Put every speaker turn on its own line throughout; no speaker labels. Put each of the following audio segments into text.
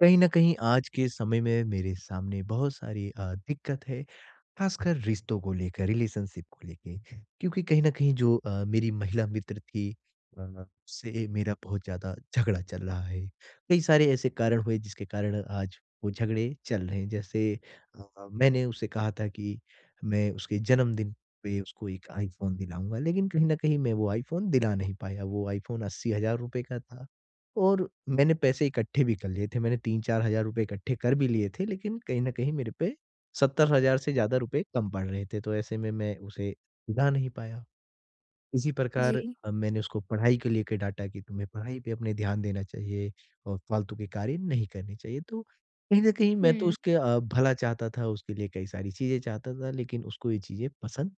कहीं न कहीं आज के समय में मेरे सामने बहुत सारी दिक्कत है, खासकर रिश्तों को लेकर, रिलेशनशिप को लेके। क्योंकि कहीं न कहीं जो मेरी महिला मित्र थी, उससे मेरा बहुत ज़्यादा झगड़ा चल रहा है। कई सारे ऐसे कारण हुए जिसके कारण आज वो झगड़े चल रहे हैं। जैसे अ, मैंने उसे कहा था कि मैं उसके जन्मदिन पे उसको एक आईफ़ोन दिलाऊँगा, लेकिन कहीं न कहीं मैं वो आईफ़ोन दिला नहीं पाया। वो आईफ़ोन ₹80,000 का था और मैंने पैसे इकट्ठे भी कर लिए थे। मैंने 3-4 हज़ार रुपए इकट्ठे कर भी लिए थे, लेकिन कहीं न कहीं मेरे पे 70,000 से ज़्यादा रुपए कम पड़ रहे थे, तो ऐसे में मैं उसे सुधा नहीं पाया। इसी प्रकार
जी।
मैंने उसको पढ़ाई को लेके डाँटा कि तुम्हें पढ़ाई पे अपने ध्यान देना चाहिए और फालतू के कार्य नहीं करने चाहिए। तो कहीं न कहीं मैं तो
हुँ,
उसके भला चाहता था, उसके लिए कई सारी चीज़ें चाहता था, लेकिन उसको ये चीज़ें पसंद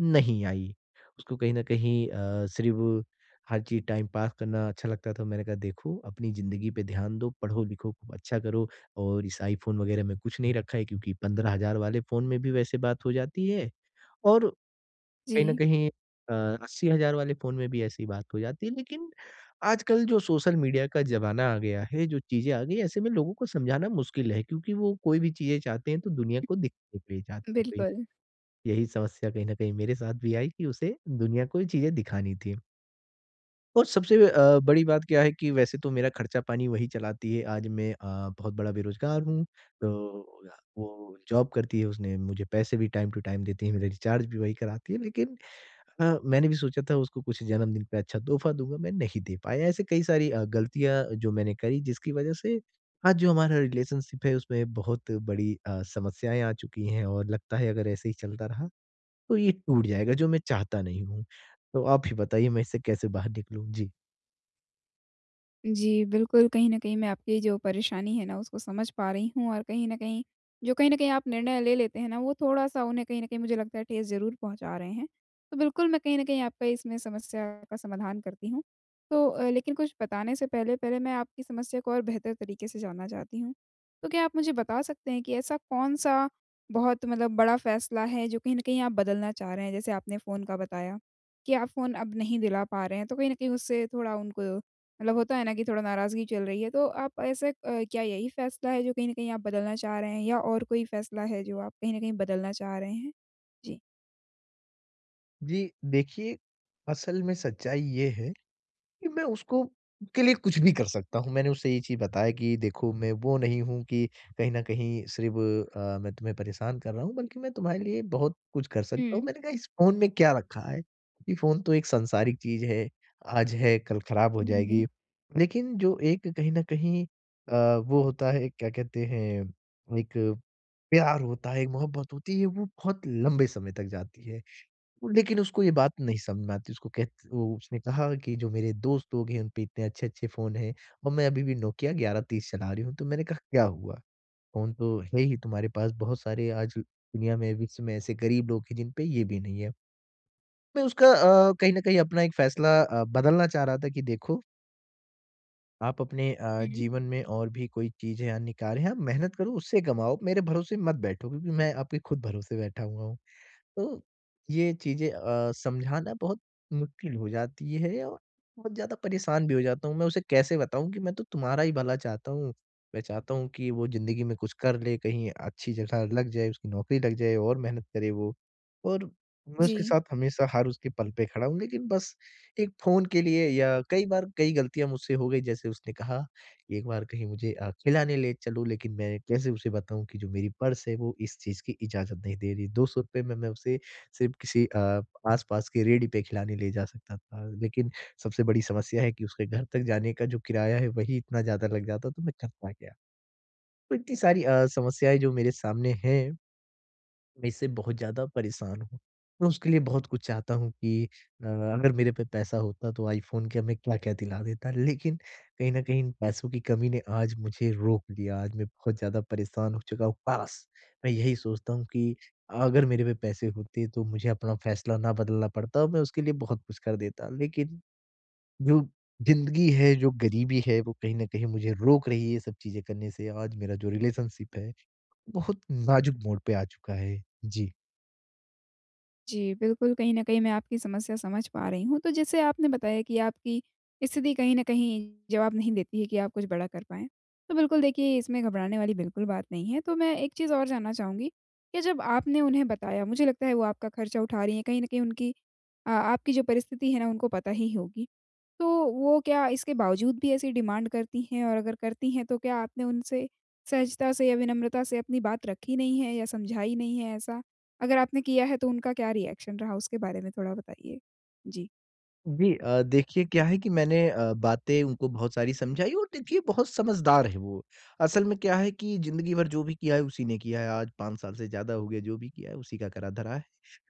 नहीं आई। उसको कहीं न कहीं सिर्फ़ हर चीज़ टाइम पास करना अच्छा लगता था। मैंने कहा, देखो अपनी ज़िंदगी पे ध्यान दो, पढ़ो-लिखो, खूब अच्छा करो और इस आईफ़ोन वग़ैरह में कुछ नहीं रखा है, क्योंकि 15,000 वाले फ़ोन में भी वैसे बात हो जाती है और कहीं न
जी,
कहीं अ, 80,000 वाले फ़ोन में भी ऐसी ही बात हो जाती है। लेकिन आजकल जो सोशल मीडिया का ज़माना आ गया है, जो चीज़ें आ गई हैं, ऐसे में लोगों को समझाना मुश्किल है, क्योंकि वो कोई भी चीज़ें चाहते हैं तो दुनिया को दिखाने के लिए चाहते हैं।
बिल्कुल।
यही समस्या कहीं न कहीं मेरे साथ भी आई कि उसे दुनिया को ये चीज़ें दिखानी थी। और सबसे बड़ी बात क्या है कि वैसे तो मेरा खर्चा-पानी वही चलाती है, आज मैं बहुत बड़ा बेरोज़गार हूँ, तो वो जॉब करती है, उसने मुझे पैसे भी टाइम टू टाइम देती है, मेरा रिचार्ज भी वही कराती है, लेकिन मैंने भी सोचा था उसको कुछ जन्मदिन पे अच्छा तोहफ़ा दूँगा, मैं नहीं दे पाया। ऐसे कई सारी गलतियाँ जो मैंने करी, जिसकी वजह से आज जो हमारा रिलेशनशिप है, उसमें बहुत बड़ी समस्याएँ आ चुकी हैं और लगता है अगर ऐसे ही चलता रहा तो ये टूट जाएगा, जो मैं चाहता नहीं हूँ। तो आप ही बताइए, मैं इससे कैसे बाहर निकलूँ? जी।
जी, बिल्कुल, कहीं न कहीं मैं आपकी जो परेशानी है ना, उसको समझ पा रही हूँ और कहीं न कहीं जो कहीं न कहीं आप निर्णय ले लेते हैं ना, वो थोड़ा-सा उन्हें कहीं न कहीं मुझे लगता है ठेस ज़रूर पहुँचा रहे हैं। तो बिल्कुल, मैं कहीं न कहीं आपका इसमें समस्या का समाधान करती हूँ। तो लेकिन कुछ बताने से पहले, पहले मैं आपकी समस्या को और बेहतर तरीके से जानना चाहती हूँ। तो क्या आप मुझे बता सकते हैं कि ऐसा कौन-सा बहुत मतलब बड़ा फ़ैसला है, जो कहीं न कहीं आप बदलना चाह रहे हैं? जैसे आपने फ़ोन का बताया कि आप फ़ोन अब नहीं दिला पा रहे हैं, तो कहीं न कहीं उससे थोड़ा उनको मतलब होता है ना कि थोड़ा नाराज़गी चल रही है, तो आप ऐसे क्या यही फ़ैसला है जो कहीं न कहीं आप बदलना चाह रहे हैं या और कोई फ़ैसला है जो आप कहीं न कहीं बदलना चाह रहे हैं? जी।
जी, देखिए, असल में सच्चाई ये है कि मैं उसको के लिए कुछ भी कर सकता हूँ। मैंने उससे ये चीज़ बताया कि देखो मैं वो नहीं हूँ कि कहीं न कहीं सिर्फ़ मैं तुम्हें परेशान कर रहा हूँ, बल्कि मैं तुम्हारे लिए बहुत कुछ कर सकता हूँ।
हुँ।
मैंने कहा, इस फ़ोन में क्या रखा है? ये फ़ोन तो एक सांसारिक चीज़ है, आज है कल खराब हो
जी।
जाएगी। लेकिन जो एक कहीं न कहीं वो होता है, क्या कहते हैं, एक प्यार होता है, एक मोहब्बत होती है, वो बहुत लंबे समय तक जाती है। लेकिन उसको ये बात नहीं समझ में आती, उसको कह वो उसने कहा कि जो मेरे दोस्त लोग हैं, उन पे इतने अच्छे-अच्छे फ़ोन हैं और मैं अभी भी नोकिया 1130 चला रही हूँ। तो मैंने कहा, क्या हुआ? फ़ोन तो है ही तुम्हारे पास, बहुत सारे आज दुनिया में, विश्व में ऐसे गरीब लोग हैं जिन पे ये भी नहीं है। मैं उसका कहीं न कहीं अपना एक फ़ैसला बदलना चाह रहा था कि देखो आप अपने
हुँ।
जीवन में और भी कोई चीज़ है या अन्य कार्य है, आप मेहनत करो, उससे कमाओ, मेरे भरोसे मत बैठो, क्योंकि मैं आपके खुद भरोसे बैठा हुआ हूँ। तो ये चीज़ें समझाना बहुत मुश्किल हो जाती है और बहुत ज़्यादा परेशान भी हो जाता हूँ। मैं उसे कैसे बताऊँ कि मैं तो तुम्हारा ही भला चाहता हूँ। मैं चाहता हूँ कि वो ज़िंदगी में कुछ कर ले, कहीं अच्छी जगह लग जाए, उसकी नौकरी लग जाए और मेहनत करे वो। और मैं उसके
जी,
साथ हमेशा हर उसके पल पे खड़ा हूँ। लेकिन बस एक फ़ोन के लिए या कई बार कई गलतियाँ मुझसे हो गई, जैसे उसने कहा एक बार कहीं मुझे खिलाने ले चलो, लेकिन मैं कैसे उसे बताऊँ कि जो मेरी पर्स है वो इस चीज़ की इजाज़त नहीं दे रही। ₹200 में मैं उसे सिर्फ़ किसी आस-पास के रेहड़ी पे खिलाने ले जा सकता था। लेकिन सबसे बड़ी समस्या है कि उसके घर तक जाने का जो किराया है, वही इतना ज़्यादा लग जाता तो मैं करता क्या? तो इतनी सारी समस्याएँ जो मेरे सामने हैं, मैं इससे बहुत ज़्यादा परेशान हूँ। मैं उसके लिए बहुत कुछ चाहता हूँ कि अगर मेरे पे पैसा होता तो आईफ़ोन क्या, मैं क्या-क्या दिला देता। लेकिन कहीं न कहीं इन पैसों की कमी ने आज मुझे रोक लिया। आज मैं बहुत ज़्यादा परेशान हो चुका हूँ। काश! मैं यही सोचता हूँ कि अगर मेरे पे पैसे होते तो मुझे अपना फ़ैसला ना बदलना पड़ता और मैं उसके लिए बहुत कुछ कर देता। लेकिन जो ज़िंदगी है, जो गरीबी है, वो कहीं न कहीं मुझे रोक रही है ये सब चीज़ें करने से। आज मेरा जो रिलेशनशिप है, बहुत नाज़ुक मोड़ पे आ चुका है। जी।
जी, बिल्कुल, कहीं न कहीं मैं आपकी समस्या समझ पा रही हूँ। तो जैसे आपने बताया कि आपकी स्थिति कहीं न कहीं जवाब नहीं देती है कि आप कुछ बड़ा कर पाएँ। तो बिल्कुल देखिए, इसमें घबराने वाली बिल्कुल बात नहीं है। तो मैं एक चीज़ और जानना चाहूँगी कि जब आपने उन्हें बताया, मुझे लगता है वो आपका खर्चा उठा रही हैं, कहीं न कहीं उनकी आपकी जो परिस्थिति है ना उनको पता ही होगी। तो वो क्या इसके बावजूद भी ऐसी डिमांड करती हैं और अगर करती हैं तो क्या आपने उनसे सहजता से या विनम्रता से अपनी बात रखी नहीं है या समझाई नहीं है ऐसा? अगर आपने किया है तो उनका क्या रिएक्शन रहा उसके बारे में थोड़ा बताइए?
जी, देखिए क्या है कि मैंने बातें उनको बहुत सारी समझाई और देखिए बहुत समझदार है वो। असल में क्या है कि ज़िंदगी भर जो भी किया है उसी ने किया है, आज 5 साल से ज़्यादा हो गए, जो भी किया है उसी का करा-धरा है।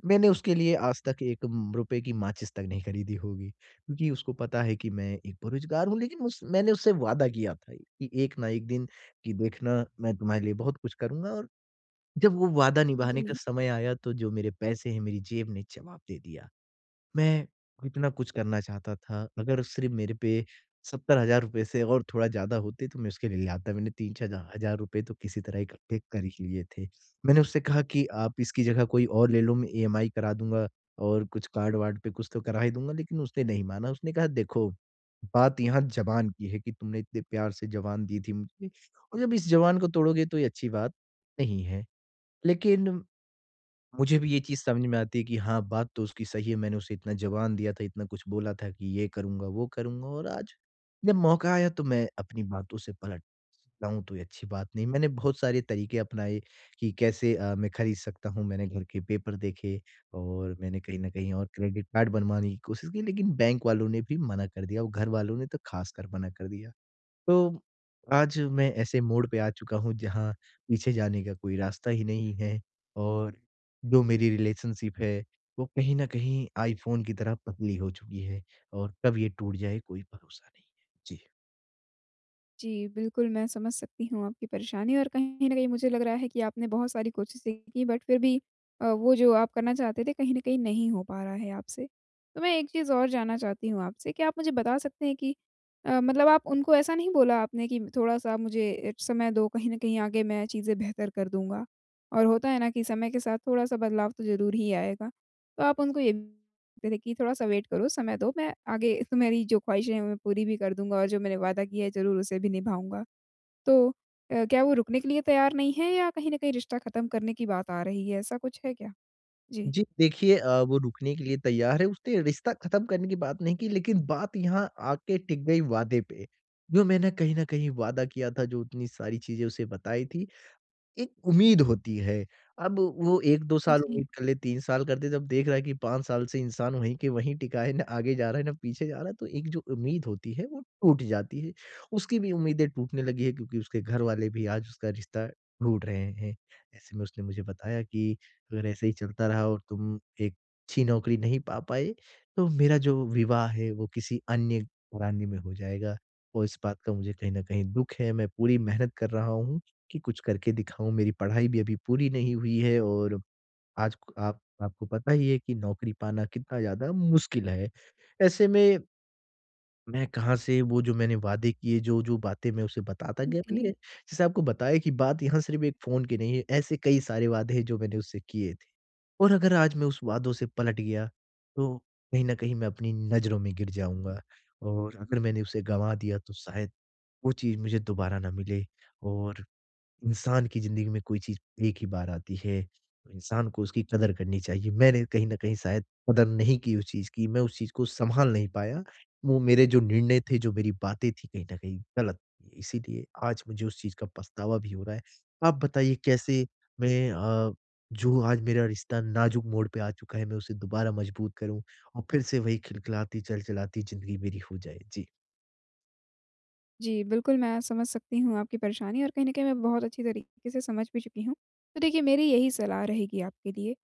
मैंने उसके लिए आज तक 1 रुपए की माचिस तक नहीं खरीदी होगी, क्योंकि उसको पता है कि मैं एक बेरोज़गार हूँ, लेकिन उस मैंने उससे वादा किया था कि एक ना एक दिन, कि देखना मैं तुम्हारे लिए बहुत कुछ करूँगा, और जब वो वादा निभाने का
जी।
समय आया तो जो मेरे पैसे हैं मेरी जेब ने जवाब दे दिया। मैं कितना कुछ करना चाहता था। अगर सिर्फ़ मेरे पे ₹70,000 से और थोड़ा ज़्यादा होते तो मैं उसके लिए ले आता। मैंने 3-4 हज़ार रुपए तो किसी तरह इकट्ठे कर ही लिए थे। मैंने उससे कहा कि आप इसकी जगह कोई और ले लो, मैं ईएमआई करा दूँगा और कुछ कार्ड-वार्ड पे कुछ तो करा ही दूँगा, लेकिन उसने नहीं माना। उसने कहा, देखो, बात यहाँ ज़बान की है कि तुमने इतने प्यार से ज़बान दी थी मुझे, और जब इस ज़बान को तोड़ोगे तो ये अच्छी बात नहीं है। लेकिन मुझे भी ये चीज़ समझ में आती है कि हाँ, बात तो उसकी सही है, मैंने उसे इतना ज़बान दिया था, इतना कुछ बोला था कि ये करूँगा, वो करूँगा, और आज जब मौका आया तो मैं अपनी बातों से पलट लाऊँ तो ये अच्छी बात नहीं। मैंने बहुत सारे तरीके अपनाए कि कैसे मैं खरीद सकता हूँ, मैंने घर के पेपर देखे और मैंने कहीं न कहीं और क्रेडिट कार्ड बनवाने की कोशिश की, लेकिन बैंक वालों ने भी मना कर दिया और घर वालों ने तो ख़ासकर मना कर दिया। तो आज मैं ऐसे मोड़ पे आ चुका हूँ, जहाँ पीछे जाने का कोई रास्ता ही नहीं है और जो मेरी रिलेशनशिप है वो कहीं न कहीं आईफ़ोन की तरह पतली हो चुकी है और कब ये टूट जाए कोई भरोसा नहीं है। जी।
जी, बिल्कुल, मैं समझ सकती हूँ आपकी परेशानी और कहीं न कहीं मुझे लग रहा है कि आपने बहुत सारी कोशिशें की बट फिर भी वो जो आप करना चाहते थे कहीं न कहीं नहीं हो पा रहा है आपसे। तो मैं एक चीज़ और जानना चाहती हूँ आपसे, क्या आप मुझे बता सकते हैं कि मतलब आप उनको ऐसा नहीं बोला आपने कि थोड़ा-सा मुझे समय दो, कहीं न कहीं आगे मैं चीज़ें बेहतर कर दूँगा? और होता है ना कि समय के साथ थोड़ा-सा बदलाव तो ज़रूर ही आएगा। तो आप उनको ये सकते थे कि थोड़ा-सा वेट करो, समय दो, मैं आगे तुम्हारी जो ख़्वाहिशें हैं, मैं पूरी भी कर दूँगा और जो मैंने वादा किया है, ज़रूर उसे भी निभाऊँगा। तो क्या वो रुकने के लिए तैयार नहीं है या कहीं न कहीं रिश्ता ख़त्म करने की बात आ रही है? ऐसा कुछ है क्या? जी।
जी, देखिए, वो रुकने के लिए तैयार है, उसने रिश्ता ख़त्म करने की बात नहीं की, लेकिन बात यहाँ आके टिक गई वादे पे। जो मैंने कहीं न कहीं वादा किया था, जो इतनी सारी चीज़ें उसे बताई थी, एक उम्मीद होती है। अब वो 1-2 साल
जी,
उम्मीद कर ले, 3 साल करते जब देख रहा है कि 5 साल से इंसान वहीं के वहीं टिका है, ना आगे जा रहा है, ना पीछे जा रहा है, तो एक जो उम्मीद होती है वो टूट जाती है। उसकी भी उम्मीदें टूटने लगी है, क्योंकि उसके घर वाले भी आज उसका रिश्ता ढूँढ रहे हैं। ऐसे में उसने मुझे बताया कि अगर ऐसे ही चलता रहा और तुम एक अच्छी नौकरी नहीं पा पाए, तो मेरा जो विवाह है वो किसी अन्य घराने में हो जाएगा और इस बात का मुझे कहीं न कहीं दुःख है, मैं पूरी मेहनत कर रहा हूँ कि कुछ करके दिखाऊँ। मेरी पढ़ाई भी अभी पूरी नहीं हुई है और आज को- आप आपको पता ही है कि नौकरी पाना कितना ज़्यादा मुश्किल है। ऐसे में मैं कहाँ से वो जो मैंने वादे किए, जो-जो बातें मैं उसे बताता गया,
जी।
मैंने जैसे आपको बताया कि बात यहाँ सिर्फ़ एक फ़ोन की नहीं है, ऐसे कई सारे वादे हैं जो मैंने उससे किए थे। और अगर आज मैं उस वादों से पलट गया, तो कहीं न कहीं मैं अपनी नज़रों में गिर जाऊँगा और अगर मैंने उसे गँवा दिया तो शायद वो चीज़ मुझे दोबारा ना मिले, और इंसान की ज़िंदगी में कोई चीज़ एक ही बार आती है, तो इंसान को उसकी कदर करनी चाहिए। मैंने कहीं न कहीं शायद कदर नहीं की उस चीज़ की, मैं उस चीज़ को सँभाल नहीं पाया। वो मेरे जो निर्णय थे, जो मेरी बातें थी कहीं न कहीं गलत थी, इसीलिए आज मुझे उस चीज़ का पछतावा भी हो रहा है। आप बताइए, कैसे मैं जो आज मेरा रिश्ता नाज़ुक मोड़ पे आ चुका है, मैं उसे दोबारा मज़बूत करूँ और फिर से वही खिलखिलाती, चलचलाती ज़िंदगी मेरी हो जाए? जी।
जी, बिल्कुल, मैं समझ सकती हूँ आपकी परेशानी और कहीं न कहीं मैं बहुत अच्छी तरीके से समझ भी चुकी हूँ। तो देखिए, मेरी यही सलाह रहेगी आपके लिए।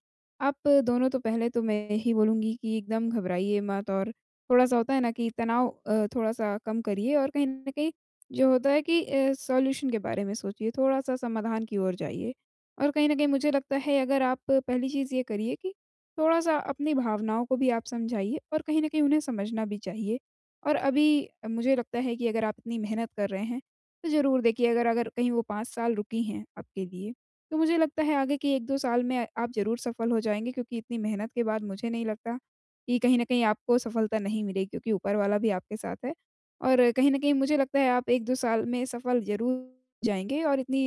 आप दोनों तो पहले तो मैं यही बोलूँगी कि एकदम घबराइए मत और थोड़ा-सा होता है ना कि तनाव थोड़ा-सा कम करिए और कहीं न कहीं जो होता है कि सॉल्यूशन के बारे में सोचिए, थोड़ा-सा समाधान की ओर जाइए। और कहीं न कहीं मुझे लगता है, अगर आप पहली चीज़ ये करिए कि थोड़ा-सा अपनी भावनाओं को भी आप समझाइए और कहीं न कहीं उन्हें समझना भी चाहिए। और अभी मुझे लगता है कि अगर आप इतनी मेहनत कर रहे हैं, तो ज़रूर देखिए, अगर अगर कहीं वो 5 साल रुकी हैं आपके लिए, तो मुझे लगता है आगे के 1-2 साल में आप ज़रूर सफल हो जाएँगे, क्योंकि इतनी मेहनत के बाद मुझे नहीं लगता कि कहीं न कहीं आपको सफलता नहीं मिलेगी, क्योंकि ऊपर वाला भी आपके साथ है। और कहीं न कहीं मुझे लगता है आप 1-2 साल में सफल ज़रूर हो जाएँगे, और इतनी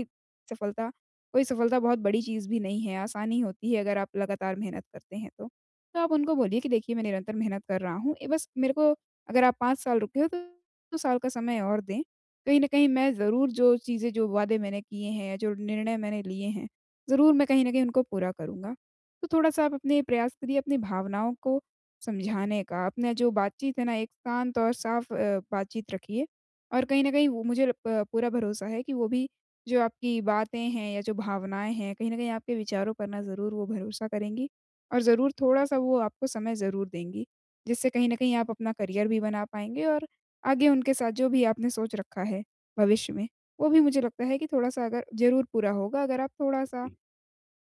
सफलता, कोई सफलता बहुत बड़ी चीज़ भी नहीं है, आसानी होती है अगर आप लगातार मेहनत करते हैं तो। तो आप उनको बोलिए कि देखिए, मैं निरंतर मेहनत कर रहा हूँ, ए बस मेरे को अगर आप 5 साल रुके हो तो 2 साल का समय और दें। कहीं न कहीं मैं ज़रूर जो चीज़ें जो वादे मैंने किए हैं या जो निर्णय मैंने लिए हैं, ज़रूर मैं कहीं न कहीं उनको पूरा करूँगा। तो थोड़ा-सा आप अपने प्रयास करिए अपनी भावनाओं को समझाने का, अपना जो बातचीत है ना एक शांत और साफ बातचीत रखिए और कहीं न कहीं वो मुझे ल प पूरा भरोसा है कि वो भी जो आपकी बातें हैं या जो भावनाएँ हैं, कहीं न कहीं आपके विचारों पर ना ज़रूर वो भरोसा करेंगी और ज़रूर थोड़ा-सा वो आपको समय ज़रूर देंगी। जिससे कहीं न कहीं आप अपना करियर भी बना पाएँगे और आगे उनके साथ जो भी आपने सोच रखा है भविष्य में, वो भी मुझे लगता है कि थोड़ा-सा अगर ज़रूर पूरा होगा, अगर आप थोड़ा-सा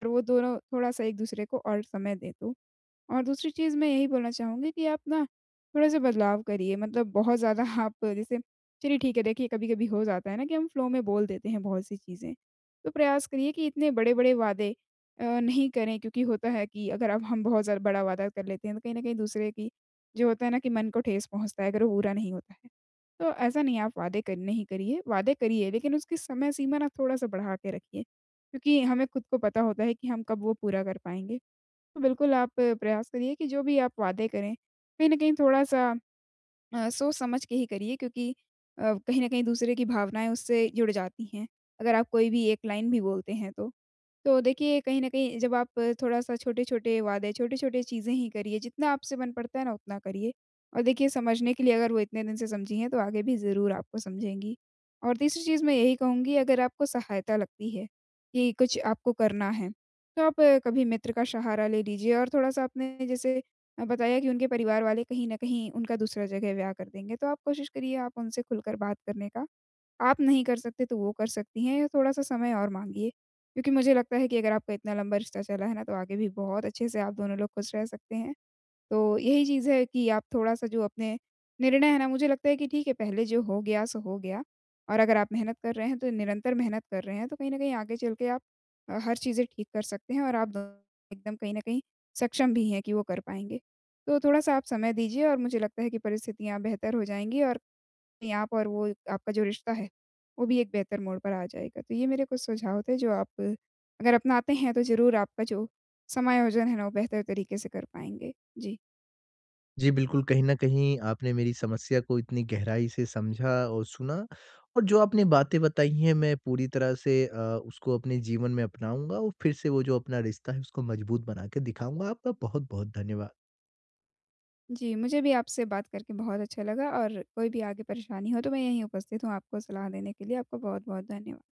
और वो दोनों थोड़ा-सा एक-दूसरे को और समय दें तो। और दूसरी चीज़ मैं यही बोलना चाहूँगी कि आप ना थोड़ा-सा बदलाव करिए, मतलब बहुत ज़्यादा आप जैसे, चलिए ठीक है, देखिए कभी-कभी हो जाता है ना कि हम फ्लो में बोल देते हैं बहुत सी चीज़ें। तो प्रयास करिए कि इतने बड़े-बड़े वादे नहीं करें, क्योंकि होता है कि अगर अब हम बहुत ज़्यादा बड़ा वादा कर लेते हैं तो कहीं न कहीं दूसरे की जो होता है ना कि मन को ठेस पहुँचता है, अगर वो पूरा नहीं होता है। तो ऐसा नहीं आप वादे कर नहीं करिए, वादे करिए लेकिन उसकी समय सीमा ना थोड़ा-सा बढ़ा के रखिए। क्योंकि हमें खुद को पता होता है कि हम कब वो पूरा कर पाएँगे। तो बिल्कुल आप प्रयास करिए कि जो भी आप वादे करें, कहीं न कहीं थोड़ा-सा सोच समझ के ही करिए, क्योंकि कहीं न कहीं दूसरे की भावनाएँ उससे जुड़ जाती हैं, अगर आप कोई भी एक लाइन भी बोलते हैं तो। तो देखिए, कहीं न कहीं जब आप थोड़ा-सा छोटे-छोटे वादे, छोटे-छोटे चीज़ें ही करिए, जितना आपसे बन पड़ता है ना उतना करिए। और देखिए, समझने के लिए अगर वो इतने दिन से समझी हैं तो आगे भी ज़रूर आपको समझेंगी। और तीसरी चीज़ मैं यही कहूँगी, अगर आपको सहायता लगती है कि कुछ आपको करना है, तो आप कभी मित्र का सहारा ले लीजिए और थोड़ा-सा अपने जैसे बताया कि उनके परिवार वाले कहीं न कहीं उनका दूसरा जगह ब्याह कर देंगे, तो आप कोशिश करिए आप उनसे खुलकर बात करने का। आप नहीं कर सकते तो वो कर सकती हैं या थोड़ा-सा समय और माँगिए। क्योंकि मुझे लगता है कि अगर आपका इतना लंबा रिश्ता चला है ना, तो आगे भी बहुत अच्छे से आप दोनों लोग खुश रह सकते हैं। तो यही चीज़ है कि आप थोड़ा-सा जो अपने निर्णय है ना, मुझे लगता है कि ठीक है, पहले जो हो गया सो हो गया, और अगर आप मेहनत कर रहे हैं तो निरंतर मेहनत कर रहे हैं तो कहीं न कहीं आगे चल के आप हर चीज़ें ठीक कर सकते हैं और आप दोनों एकदम कहीं न कहीं सक्षम भी हैं कि वो कर पाएँगे। तो थोड़ा-सा आप समय दीजिए और मुझे लगता है कि परिस्थितियाँ बेहतर हो जाएँगी और कहीं आप और वो, आपका जो रिश्ता है, वो भी एक बेहतर मोड़ पर आ जाएगा। तो ये मेरे कुछ सुझाव थे जो आप अगर अपनाते हैं तो ज़रूर आपका जो समायोजन है ना, वो बेहतर तरीके से कर पाएँगे। जी।
जी, बिल्कुल, कहीं न कहीं आपने मेरी समस्या को इतनी गहराई से समझा और सुना और जो आपने बातें बताई हैं मैं पूरी तरह से उसको अपने जीवन में अपनाऊँगा और फिर से वो जो अपना रिश्ता है उसको मजबूत बना के दिखाऊँगा। आपका बहुत-बहुत धन्यवाद।
जी, मुझे भी आपसे बात करके बहुत अच्छा लगा और कोई भी आगे परेशानी हो तो मैं यहीं उपस्थित हूँ आपको सलाह देने के लिए। आपका बहुत-बहुत धन्यवाद।